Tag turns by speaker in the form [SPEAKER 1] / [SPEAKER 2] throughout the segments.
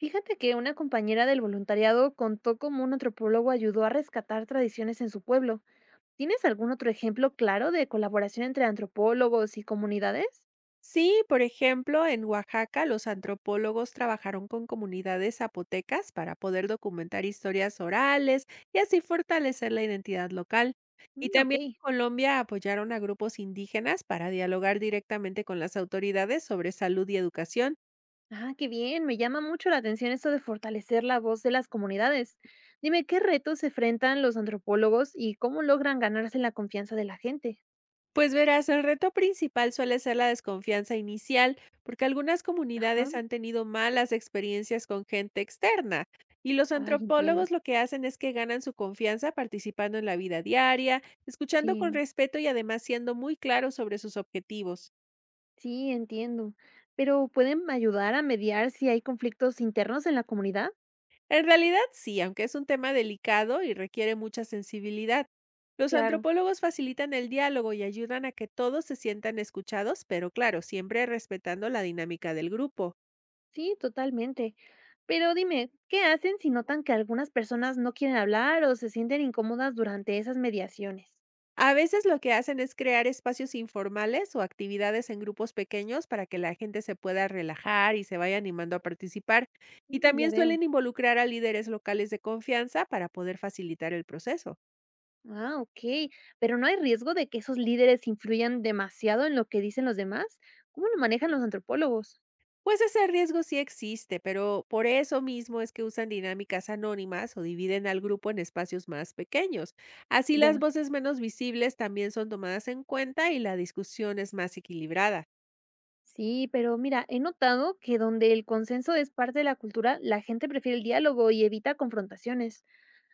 [SPEAKER 1] Fíjate que una compañera del voluntariado contó cómo un antropólogo ayudó a rescatar tradiciones en su pueblo. ¿Tienes algún otro ejemplo claro de colaboración entre antropólogos y comunidades?
[SPEAKER 2] Sí, por ejemplo, en Oaxaca los antropólogos trabajaron con comunidades zapotecas para poder documentar historias orales y así fortalecer la identidad local. Y
[SPEAKER 1] Mm, ok.
[SPEAKER 2] también en Colombia apoyaron a grupos indígenas para dialogar directamente con las autoridades sobre salud y educación.
[SPEAKER 1] Ah, qué bien. Me llama mucho la atención esto de fortalecer la voz de las comunidades. Dime, ¿qué retos se enfrentan los antropólogos y cómo logran ganarse la confianza de la gente?
[SPEAKER 2] Pues verás, el reto principal suele ser la desconfianza inicial, porque algunas
[SPEAKER 1] Ajá.
[SPEAKER 2] comunidades han tenido malas experiencias con gente externa, y los
[SPEAKER 1] Ay,
[SPEAKER 2] antropólogos
[SPEAKER 1] entiendo.
[SPEAKER 2] lo que hacen es que ganan su confianza participando en la vida diaria, escuchando con
[SPEAKER 1] Sí,
[SPEAKER 2] respeto y además siendo muy claros sobre sus objetivos.
[SPEAKER 1] sí, entiendo. Pero ¿pueden ayudar a mediar si hay conflictos internos en la comunidad?
[SPEAKER 2] En realidad sí, aunque es un tema delicado y requiere mucha sensibilidad. Los
[SPEAKER 1] Claro.
[SPEAKER 2] antropólogos facilitan el diálogo y ayudan a que todos se sientan escuchados, pero claro, siempre respetando la dinámica del grupo.
[SPEAKER 1] Sí, totalmente. Pero dime, ¿qué hacen si notan que algunas personas no quieren hablar o se sienten incómodas durante esas mediaciones?
[SPEAKER 2] A veces lo que hacen es crear espacios informales o actividades en grupos pequeños para que la gente se pueda relajar y se vaya animando a participar. Y
[SPEAKER 1] Ya
[SPEAKER 2] también
[SPEAKER 1] veo.
[SPEAKER 2] suelen involucrar a líderes locales de confianza para poder facilitar el proceso.
[SPEAKER 1] Ah, ok. Pero ¿no hay riesgo de que esos líderes influyan demasiado en lo que dicen los demás? ¿Cómo lo manejan los antropólogos?
[SPEAKER 2] Pues ese riesgo sí existe, pero por eso mismo es que usan dinámicas anónimas o dividen al grupo en espacios más pequeños. Así las
[SPEAKER 1] Ya.
[SPEAKER 2] voces menos visibles también son tomadas en cuenta y la discusión es más equilibrada.
[SPEAKER 1] Sí, pero mira, he notado que donde el consenso es parte de la cultura, la gente prefiere el diálogo y evita confrontaciones.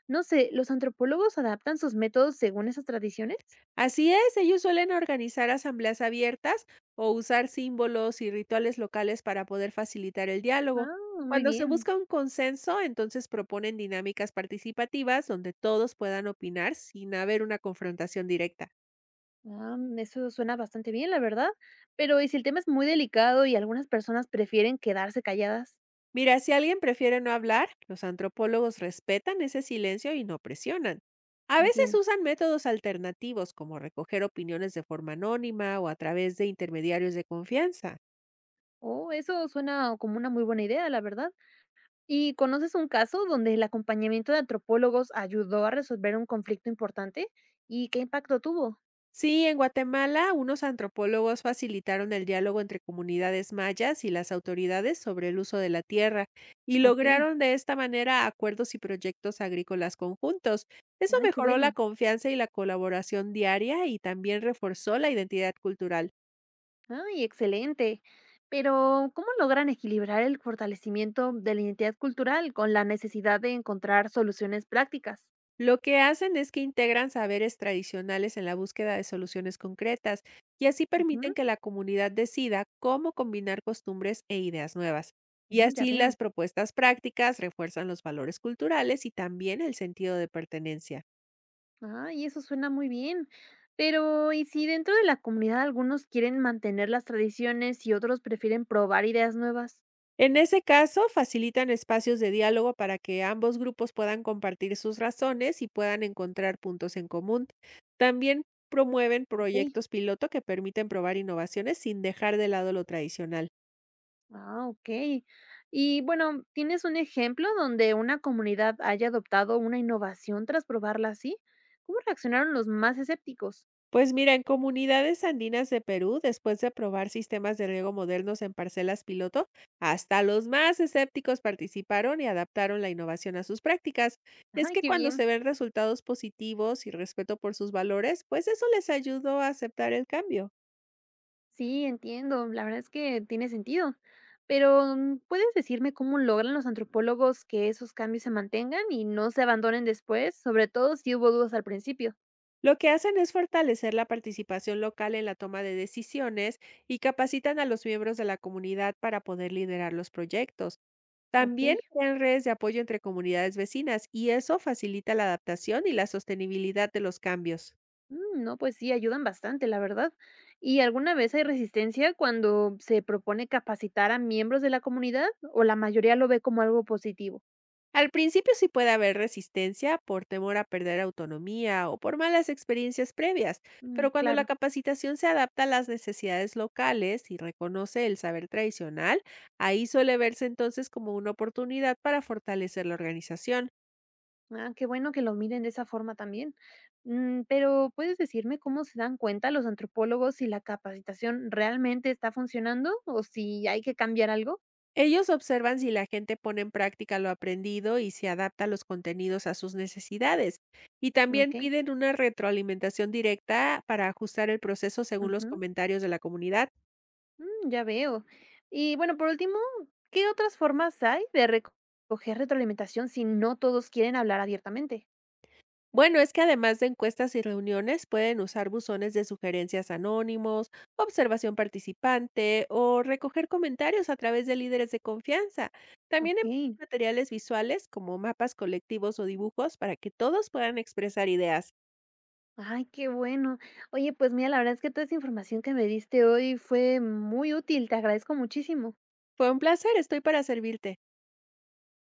[SPEAKER 1] No sé, ¿los antropólogos adaptan sus métodos según esas tradiciones?
[SPEAKER 2] Así es, ellos suelen organizar asambleas abiertas o usar símbolos y rituales locales para poder facilitar el diálogo.
[SPEAKER 1] Ah, muy
[SPEAKER 2] Cuando se
[SPEAKER 1] bien.
[SPEAKER 2] busca un consenso, entonces proponen dinámicas participativas donde todos puedan opinar sin haber una confrontación directa.
[SPEAKER 1] Ah, eso suena bastante bien, la verdad. Pero ¿y si el tema es muy delicado y algunas personas prefieren quedarse calladas?
[SPEAKER 2] Mira, si alguien prefiere no hablar, los antropólogos respetan ese silencio y no presionan. A veces
[SPEAKER 1] Entiendo.
[SPEAKER 2] usan métodos alternativos como recoger opiniones de forma anónima o a través de intermediarios de confianza.
[SPEAKER 1] Oh, eso suena como una muy buena idea, la verdad. ¿Y conoces un caso donde el acompañamiento de antropólogos ayudó a resolver un conflicto importante? ¿Y qué impacto tuvo?
[SPEAKER 2] Sí, en Guatemala, unos antropólogos facilitaron el diálogo entre comunidades mayas y las autoridades sobre el uso de la tierra y
[SPEAKER 1] Ok.
[SPEAKER 2] lograron de esta manera acuerdos y proyectos agrícolas conjuntos. Eso
[SPEAKER 1] Ay, qué
[SPEAKER 2] mejoró la
[SPEAKER 1] bueno.
[SPEAKER 2] confianza y la colaboración diaria y también reforzó la identidad cultural.
[SPEAKER 1] Ay, excelente. Pero ¿cómo logran equilibrar el fortalecimiento de la identidad cultural con la necesidad de encontrar soluciones prácticas?
[SPEAKER 2] Lo que hacen es que integran saberes tradicionales en la búsqueda de soluciones concretas y así permiten
[SPEAKER 1] Ujú.
[SPEAKER 2] que la comunidad decida cómo combinar costumbres e ideas nuevas. Y
[SPEAKER 1] Oh, ya
[SPEAKER 2] así
[SPEAKER 1] veo.
[SPEAKER 2] las propuestas prácticas refuerzan los valores culturales y también el sentido de pertenencia.
[SPEAKER 1] Ah, y eso suena muy bien. Pero ¿y si dentro de la comunidad algunos quieren mantener las tradiciones y otros prefieren probar ideas nuevas?
[SPEAKER 2] En ese caso, facilitan espacios de diálogo para que ambos grupos puedan compartir sus razones y puedan encontrar puntos en común. También promueven
[SPEAKER 1] Ok.
[SPEAKER 2] proyectos piloto que permiten probar innovaciones sin dejar de lado lo tradicional.
[SPEAKER 1] Ah, ok. Y bueno, ¿tienes un ejemplo donde una comunidad haya adoptado una innovación tras probarla así? ¿Cómo reaccionaron los más escépticos?
[SPEAKER 2] Pues mira, en comunidades andinas de Perú, después de probar sistemas de riego modernos en parcelas piloto, hasta los más escépticos participaron y adaptaron la innovación a sus prácticas. Es
[SPEAKER 1] Ay,
[SPEAKER 2] que
[SPEAKER 1] qué
[SPEAKER 2] cuando se
[SPEAKER 1] bien.
[SPEAKER 2] ven resultados positivos y respeto por sus valores, pues eso les ayudó a aceptar el cambio.
[SPEAKER 1] Sí, entiendo. La verdad es que tiene sentido. Pero, ¿puedes decirme cómo logran los antropólogos que esos cambios se mantengan y no se abandonen después? Sobre todo si hubo dudas al principio.
[SPEAKER 2] Lo que hacen es fortalecer la participación local en la toma de decisiones y capacitan a los miembros de la comunidad para poder liderar los proyectos.
[SPEAKER 1] Ok.
[SPEAKER 2] También crean redes de apoyo entre comunidades vecinas y eso facilita la adaptación y la sostenibilidad de los cambios.
[SPEAKER 1] Mm, no, pues sí, ayudan bastante, la verdad. ¿Y alguna vez hay resistencia cuando se propone capacitar a miembros de la comunidad o la mayoría lo ve como algo positivo?
[SPEAKER 2] Al principio sí puede haber resistencia por temor a perder autonomía o por malas experiencias previas,
[SPEAKER 1] Mm,
[SPEAKER 2] pero cuando la
[SPEAKER 1] claro.
[SPEAKER 2] capacitación se adapta a las necesidades locales y reconoce el saber tradicional, ahí suele verse entonces como una oportunidad para fortalecer la organización.
[SPEAKER 1] Ah, qué bueno que lo miren de esa forma también. Mm, pero ¿puedes decirme cómo se dan cuenta los antropólogos si la capacitación realmente está funcionando o si hay que cambiar algo?
[SPEAKER 2] Ellos observan si la gente pone en práctica lo aprendido y se adapta los contenidos a sus necesidades. Y también
[SPEAKER 1] Ok,
[SPEAKER 2] piden una retroalimentación directa para ajustar el proceso según los
[SPEAKER 1] ujú,
[SPEAKER 2] comentarios de la comunidad.
[SPEAKER 1] ya veo. Y bueno, por último, ¿qué otras formas hay de recoger retroalimentación si no todos quieren hablar abiertamente?
[SPEAKER 2] Bueno, es que además de encuestas y reuniones, pueden usar buzones de sugerencias anónimos, observación participante o recoger comentarios a través de líderes de confianza. También envían
[SPEAKER 1] Ok.
[SPEAKER 2] materiales visuales como mapas colectivos o dibujos para que todos puedan expresar ideas.
[SPEAKER 1] Ay, qué bueno. Oye, pues mira, la verdad es que toda esa información que me diste hoy fue muy útil. Te agradezco muchísimo.
[SPEAKER 2] Fue un placer, estoy para servirte.